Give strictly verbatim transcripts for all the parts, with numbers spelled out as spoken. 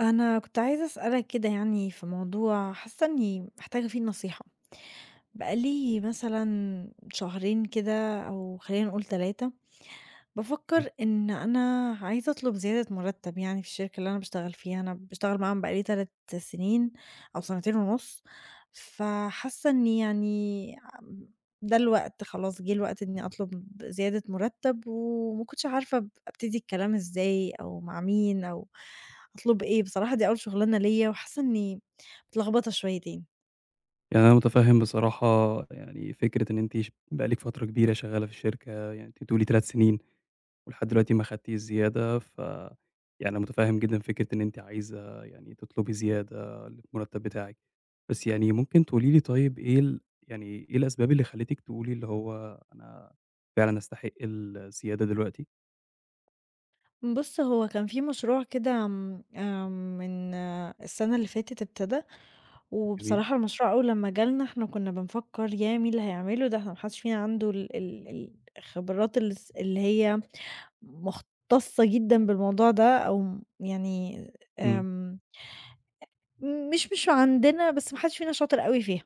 أنا كنت عايزة أسألك كده يعني في موضوع حاسة إني محتاجة فيه نصيحة. بقالي مثلا شهرين كده أو خلينا نقول ثلاثة. جميل. بافكّر إن أنا عايزة أطلب زيادة مُرتّب يعني في الشركة اللي أنا باشتغل فيها، أنا باشتغل معاهم بقى لي ثلاث سنين أو سنتين ونُص. فحاسة إني يعني آمم، ده الوقت خلاص جِه الوقت إني أطلب زيادة مُرتّب وما كنتش عارفة أب أبتدي الكلام إزاي أو مع مين أو أطلب إيه، بصراحة دي أول شُغلانة ليّا وحاسة إني متلخبطة شويتين. يعني أنا متفهم بصراحة يعني فكرة إن أنتِ ش بقى لِك فترة كبيرة شغالة في الشركة، يعني أنتِ بتقولي 3 سنين ولحد دلوقتي ما خدتيش زيادة، ف يعني أنا متفهم جدًا فكرة إن أنتِ عايزة يعني تطلبي زيادة للمرتب بتاعِك، بس يعني ممكن تقولي لي طيب إيه ال يعني إيه الأسباب اللي خلّتِك تقولي اللي هو أنا فعلًا أستحق الزيادة دلوقتي؟ بُص، هو كان في مشروع كده آمم، آآ من آه، السنة اللي فاتت ابتدى. جميل، وبصراحة المشروع أول لمّا جالنا إحنا كنا بنفكّر ياه! مين اللي هيعمله ده؟ إحنا ما حدش فينا عنده ال ال الخبرات الس اللي هي مختصة جدًا بالموضوع ده أو يعني إمم، آمم، مش مش عندنا بس ما حدش فينا شاطر أوي فيها.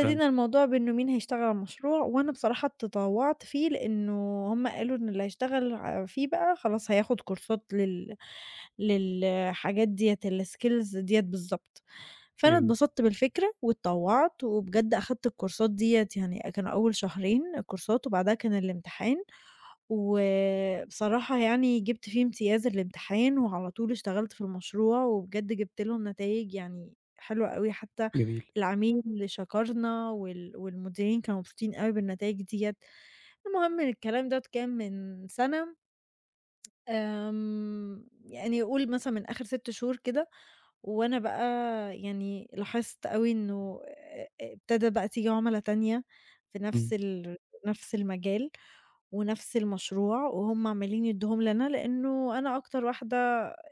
فاهمِك، الموضوع بإنه مين هيشتغل على المشروع، وأنا بصراحة تطوّعت فيه لإنه هُم قالوا إن اللي هيشتغل ع فيه بقى خلاص هياخد كورسات لل للحاجات ديّة الskills ديّة بالضبط. فأنا جميل، اتبسطت بالفكرة واتطوّعت وبجد أخدت الكورسات ديّة يعني كانوا أول شهرين كورسات وبعدها كان الامتحان. وبصراحة يعني جِبت فيه امتياز الامتحان وعلى طول اشتغلت في المشروع وبجد جِبت لهم نتايج يعني حلوة أوي، حتى جميل، العميل اللي شكرنا وال والمديرين كانوا مبسوطين أوي بالنتايج ديّة. المهم الكلام دوّة كان من سَنة، آمم يعني قُل مثلًا من آخر ست شهور كده وأنا بقى يعني لاحظت أوي إنه آآ ابتدى بقى تيجي عُملا تانية في إمم، نفس ال نفس المجال ونفس المشروع، وهُم عمّالين يدّوهم لنا لإنه أنا أكتر واحدة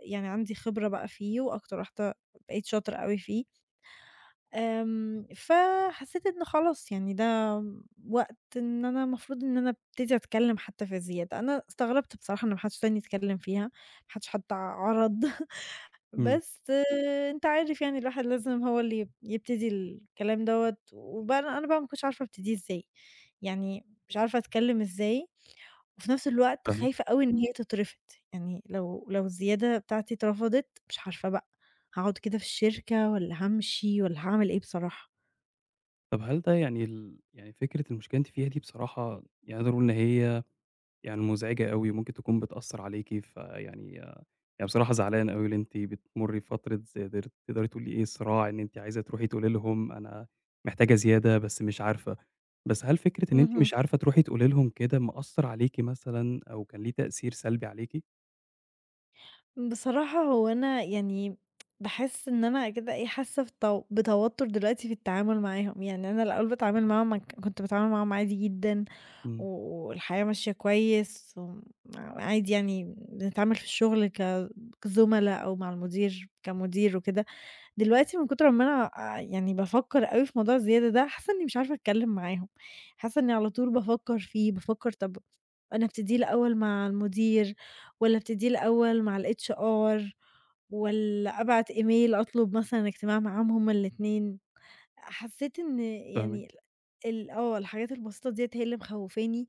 يعني عندي خبرة بقى فيه، وأكتر واحدة بقيت شاطرة أوي فيه. آمم، فحسيت إن خلاص يعني ده وقت إن أنا المفروض إن أنا أبتدي أتكلّم حتى في الزيادة. أنا استغربت بصراحة إن ما حدش تاني اتكلّم فيها، ما حدش حتى عَرَض. إمم، بس آه، أنت عارف يعني الواحد لازم هو اللي يب يبتدي الكلام دوّة، وبقى أنا أنا بقى ما كنتش عارفة أبتديه إزاي، يعني مش عارفة أتكلم إزاي، وفي نفس الوقت فاهمِك. خايفة أوي إن هي تترفض. يعني لو لو الزيادة بتاعتي اترفضت مش عارفة بقى هاقعد كده في الشركة والّا هامشي والّا هاعمل إيه بصراحة؟ طب هل ده يعني ال يعني فكرة المشكلة اللي أنتِ فيها دي بصراحة يعني أقدر أقول إن هي يعني مزعجة أوي، وممكن تكون بتأثّر عليكِ، فيعني يعني بصراحة زعلان أوي اللي أنتِ بتمُرّي بفترة زي ديّة، تقدري تقولي إيه، صراع إن أنتِ عايزة تروحي تقولي لهم أنا محتاجة زيادة بس مش عارفة، بس هل فكرة إن أنتِ اهم. مش عارفة تروحي تقولي لهم كده مأثّر عليكِ مثلًا أو كان ليه تأثير سلبي عليكِ؟ بصراحة هو أنا يعني باحس إن أنا كده إيه، حاسة بتو بتوتر دلوقتي في التعامل معاهم، يعني أنا الأول باتعامل معاهم ك كنت باتعامل معاهم عادي جدًا. و إمم، والحياة ماشية كويس وم عادي يعني بنتعامل في الشغل ك كزملا أو مع المدير كمدير وكده. دلوقتي من كتر ما أنا آآ يعني بافكّر أوي في موضوع الزيادة ده، حاسة إني مش عارفة أتكلّم معاهم، حاسة إني على طول بافكّر فيه، بافكّر طَب أنا أبتديه الأول مع المدير والّا أبتديه الأول مع الHR والّا أبعت إيميل أطلب مثلًا اجتماع معاهم هُم الاتنين. حسّيت إن فاهمِك. يعني ال آه، الحاجات البسيطة ديّة هي اللي مخوّفاني،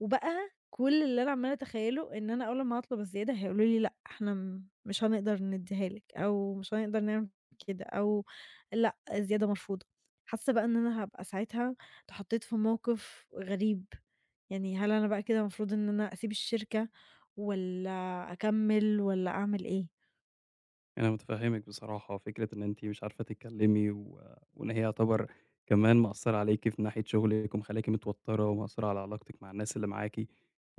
وبقى كل اللي أنا عمّالة أتخيّله إن أنا أول ما هاطلب الزيادة هيقولوا لي: "لأ، إحنا م مش هنقدر ندّيها لِك." أو "مش هنقدر نعمل كده." أو "لأ، الزيادة مرفوضة." حاسة بقى إن أنا هابقى ساعتها اتحطيت في موقف غريب، يعني هل أنا بقى كده المفروض إن أنا أسيب الشركة والّا أكمّل والّا أعمل إيه؟ أنا متفهّمِك بصراحة، فكرة إن أنتِ مش عارفة تتكلّمي و وإن هي يعتبر كمان مأثّرة عليكِ في ناحية شغلِك ومخلّياكِ متوتّرة ومأثّرة على علاقتِك مع الناس اللي معاكِ،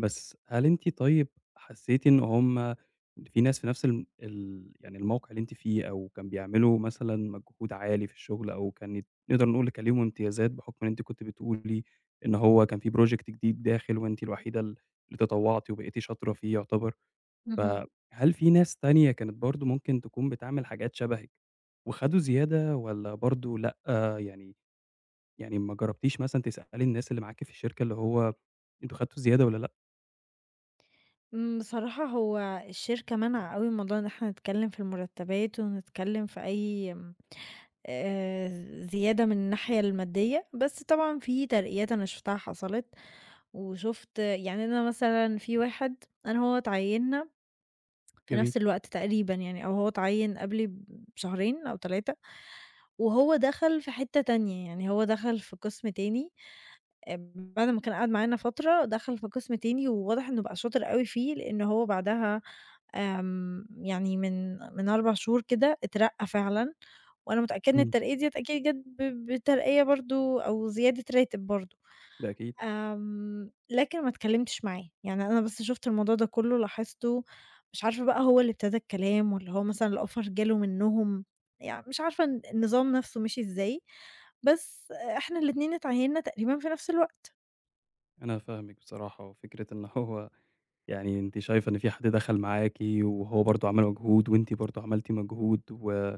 بس هل أنتِ طيب حسّيتِ إن هم في ناس في نفس الم ال يعني الموقِع اللي أنتِ فيه أو كان بيعملوا مثلًا مجهود عالي في الشغل أو كانت نقدر نقول كان ليهم امتيازات بحُكم إن أنتِ كنتِ بتقولي إن هو كان في project جديد داخل وأنتِ الوحيدة ال اللي تطوّعتِ وبقيتِ شاطرة فيه يعتبر، اهم. فهل في ناس تانية كانت برضه ممكن تكون بتعمل حاجات شبهِك، وخدوا زيادة والّا برضه لأ، يعني يعني ما جربتيش مثلًا تسألي الناس اللي معاكِ في الشركة اللي هو أنتم خدتوا زيادة والّا لأ؟ إمم، بصراحة هو الشركة مانعة أوي موضوع إن إحنا نتكلّم في المرتبات ونتكلّم في أي آآ زيادة من الناحية المادية، بس طبعًا في ترقيات أنا شُفتها حصلت. وشُفت يعني أنا مثلًا في واحد أنا وهو اتعيّنّا في جميل، نفس الوقت تقريبًا يعني أو هو اتعيّن قبلي بشهرين أو ثلاثة، وهو دخل في حتّة تانية، يعني هو دخل في قسم تاني آآ بعد ما كان قعد معانا فترة، دخل في قسم تاني وواضح إنه بقى شاطر أوي فيه، لإن هو بعدها آمم يعني من من أربع شهور كده اترقّى فعلًا. وأنا متأكدة إن إمم، الترقية ديّة أكيد جات ب بترقية برضه أو زيادة راتب برضه. ده أكيد، آمم لكن ما اتكلمتش معاه، يعني أنا بس شُفت الموضوع ده كلّه لاحظته، مش عارفة بقى هو اللي ابتدى الكلام والّا هو مثلًا الoffer جاله منّهم، يعني مش عارفة الن النظام نَفْسه مشي إزاي. بس آه، إحنا الاتنين اتعيّنّا تقريبًا في نَفْس الوقت. أنا فاهمِك بصراحة، وفكرة إن هو يعني أنتِ شايفة إن في حد دخل معاكِ وهو برضه عمل مجهود وأنتِ برضه عملتِ مجهود و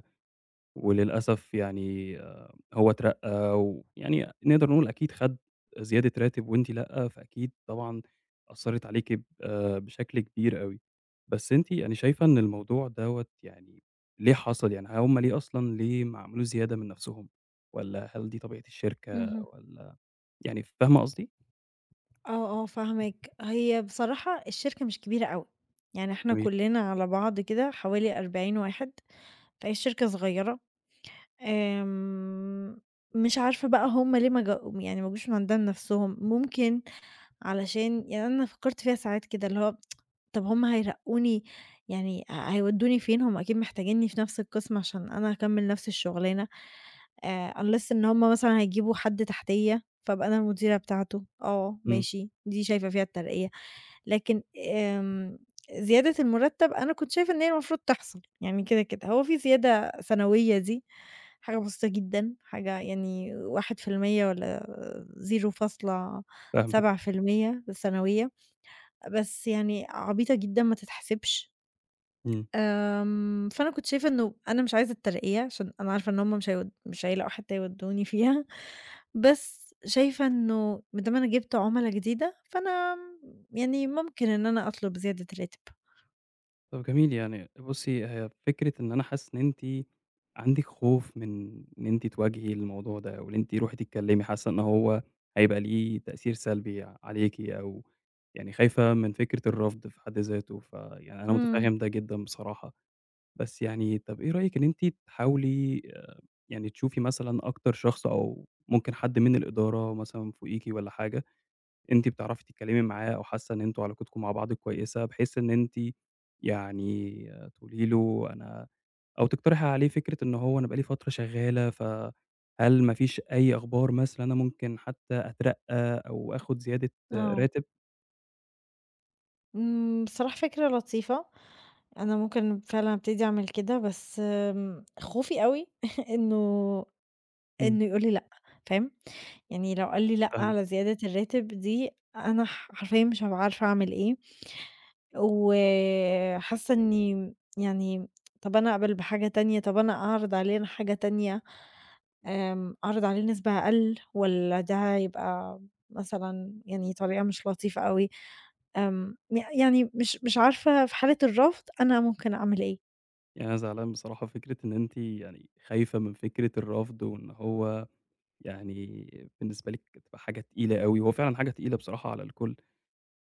وللأسف يعني آآ هو اترقّى ويعني نقدر نقول أكيد خَد زيادة راتب وأنتِ لأ، فأكيد طبعًا أثّرِت عليكِ ب آآ بشكل كبير أوي. بس أنتِ يعني شايفة إن الموضوع دوّة يعني ليه حصل؟ يعني هُم ليه أصلًا ليه ما عملوش زيادة من نَفْسهم والّا هل دي طبيعة الشركة اهم. والّا يعني فاهمة قصدي؟ آه، آه فاهماك. هي بصراحة الشركة مش كبيرة أوي، يعني إحنا جميل. كُلّنا على بعض كده حوالي أربعين واحد، فهي الشركة صغيرة. آمم، مش عارفة بقى هُم ليه ما جا يعني ما جوش من عند نَفْسهم، ممكن علشان يعني أنا فكّرت فيها ساعات كده اللي هو طَب هُم هيرقّوني يعني ه هيودّوني فين؟ هُم أكيد محتاجينّي في نفس القسم عشان أنا أكمّل نفس الشغلانة آآ unless إن هُم مثلًا هيجيبوا حد تحتيّا، فابقى أنا المديرة بتاعته، آه إمم، ماشي، دي شايفة فيها الترقية. لكن آمم زيادة المُرتّب أنا كنت شايفة إن هي المفروض تحصل، يعني كده، كده. هو في زيادة سنوية دي حاجة بسيطة جدًا، حاجة يعني واحد في المية والّا صفر، فاهمِك. سبعة في المية الثانوية، بس يعني عبيطة جدًا ما تتحسبش. إمم. آمم، فأنا كنت شايفة إنه أنا مش عايزة الترقية عشان أنا عارفة إن هُم مش هيود مش هيلاقوا حتّة يودّوني فيها، بس شايفة إنه ما دام أنا جِبت عُملا جديدة، فأنا يعني ممكن إن أنا أطلب زيادة راتب. طب جميل، يعني بُصّي، هي فكرة إن أنا حاسس إن أنتِ عندِك خوف من إن أنتِ تواجهي الموضوع ده أو إن أنتِ روحي تتكلّمي، حاسة إن هو هيبقى ليه تأثير سلبي عليكِ أو يعني خايفة من فكرة الرفض في حد ذاته، فيعني أنا إمم، مُتفهِّم ده جدًا بصراحة. بس يعني طب إيه رأيِك إن أنتِ تحاولي آآ يعني تشوفي مثلًا أكتر شخص أو ممكن حد من الإدارة مثلًا فوقيكِ والّا حاجة أنتِ بتعرفي تتكلمي معاه أو حاسة إن أنتم علاقتكم مع بعض كويسة، بحيث إن أنتِ يعني تقولي له أنا أو تقترحي عليه فكرة إن هو أنا بقى لي فترة شغالة، فهل ما فيش أي أخبار مثلًا أنا ممكن حتى أترقى أو آخد زيادة آه، راتب؟ إمم، بصراحة فكرة لطيفة. أنا ممكن فعلًا أبتدي أعمل كده، بس آمم، خوفي أوي إنه إمم، إنه يقول لي لأ، فاهم؟ يعني لو قال لي لأ فاهمِك، على زيادة الراتب دي، أنا ح حرفيًا مش هابقى عارفة أعمل إيه، وحاسة إني يعني طَب أنا أقبل بحاجة تانية، طَب أنا أعرض علينا حاجة تانية، آمم، أعرض عليه نسبة أقل والّا ده هيبقى مثلًا يعني طريقة مش لطيفة أوي. آمم، ي يعني مش مش عارفة في حالة الرفض أنا ممكن أعمل إيه. يعني أنا زعلان بصراحة فكرة إن أنتِ يعني خايفة من فكرة الرفض، وإن هو يعني بالنسبة لِك تبقى حاجة تقيلة أوي، هو فعلًا حاجة تقيلة بصراحة على الكل.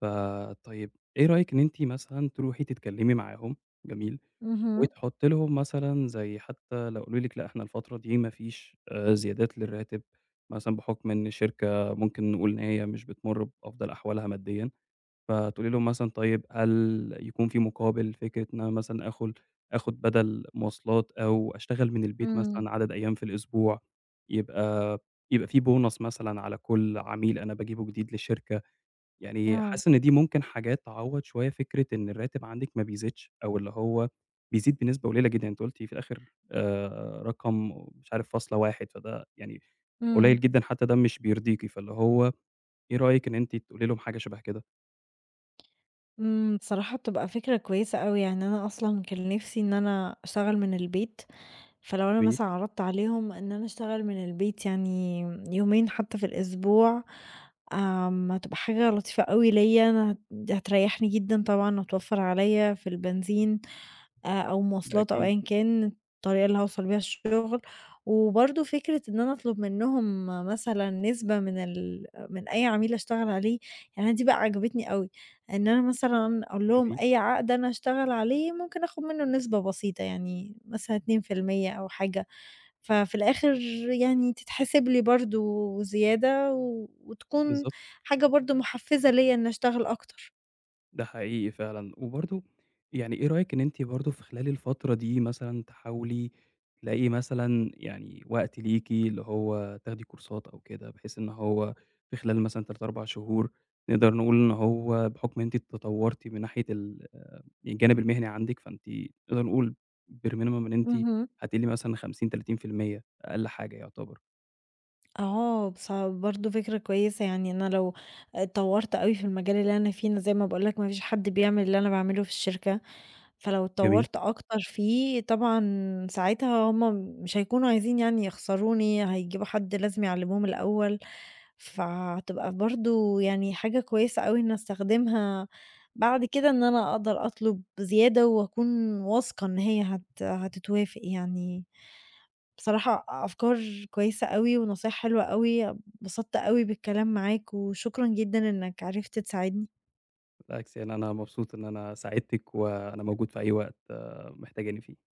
فطيب إيه رأيِك إن أنتِ مثلًا تروحي تتكلمي معاهم، جميل، اهم، وتحطي لهم مثلًا زي حتى لو قالوا لِك لأ إحنا الفترة دي ما فيش آآ زيادات للراتب، مثلًا بحكم إن الشركة ممكن نقول إن هي مش بتمر بأفضل أحوالها ماديًا، فتقولي لهم مثلًا طيب هل يكون في مقابل فكرة إن أنا مثلًا آخل آخد بدل مواصلات أو أشتغل من البيت إمم، مثلًا عدد أيام في الأسبوع، يبقى يبقى في bonus مثلًا على كل عميل أنا باجيبه جديد للشركة. يعني آه، حاسس إن دي ممكن حاجات تعوّض شوية فكرة إن الراتب عندِك ما بيزيدش، أو اللي هو بيزيد بنسبة قليلة جدًا، أنتِ قُلتِ في الآخر آآ رقم مش عارف فاصلة واحد فده يعني إمم. قليل جدًا حتى ده مش بيرضيكِ، فاللي هو إيه رأيِك إن أنتِ تقولي لهم حاجة شبه كده؟ إمم، بصراحة بتبقى فكرة كويسة أوي. يعني أنا أصلًا كان نِفْسي إن أنا أشتغل من البيت، فلو أنا جميل، مثلًا عرضت عليهم إن أنا أشتغل من البيت يعني يومين حتى في الأسبوع، آمم، هتبقى حاجة لطيفة أوي ليّا، أنا هت هتريحني جدًا طبعًا، هتوفّر عليّا في البنزين. آآ أو ده مواصلات أو أكيد، أيًا كان الطريقة اللي هاوصل بيها الشغل. وبرضه فكرة إن أنا أطلب منهم مثلًا نسبة من ال من أي عميل أشتغل عليه، يعني دي بقى عجبتني أوي. إن أنا مثلًا أقول لهم جميل، أي عقد أنا هاشتغل عليه ممكن آخد منه نسبة بسيطة، يعني مثلًا اتنين في المية أو حاجة، ففي الآخر يعني تتحسب لي برضه زيادة، و وتكون بالضبط. حاجة برضه محفزة ليّا إني أشتغل أكتر. ده حقيقي فعلًا، وبرضه يعني إيه رأيِك إن أنتِ برضه في خلال الفترة دي مثلًا تحاولي تلاقي مثلًا يعني وقت ليكِ، اللي هو تاخدي كورسات أو كده، بحيث إن هو في خلال مثلًا تلاتة، أربعة شهور نقدر نقول إن هو بحكم أنتِ اتطورتِ من ناحية ال يعني الجانب المهني عندِك، فأنتِ نقدر نقول bare minimum إن أنتِ اهم. هتقلي مثلًا خمسين، ثلاثين في المية أقل حاجة يعتبر، آه، بص برضه فكرة كويسة. يعني أنا لو اتطوّرت أوي في المجال اللي أنا فيه، أنا زي ما باقول لك ما فيش حد بيعمل اللي أنا باعمله في الشركة، فلو جميل، اتطوّرت أكتر فيه طبعًا ساعتها هُم مش هيكونوا عايزين يعني يخسروني، هيجيبوا حد لازم يعلّموهم الأول. فهتبقى برضه يعني حاجة كويسة أوي إني أستخدمها بعد كده، إن أنا أقدر أطلب زيادة وأكون واثقة إن هي هت هتتوافق يعني. بصراحة أفكار كويسة أوي ونصايح حلوة أوي، اتبسطت أوي بالكلام معاك، وشكرًا جدًا إنك عرفت تساعدني. بالعكس يعني أنا مبسوط إن أنا ساعدتِك، وأنا موجود في أي وقت آه، محتاجاني فيه.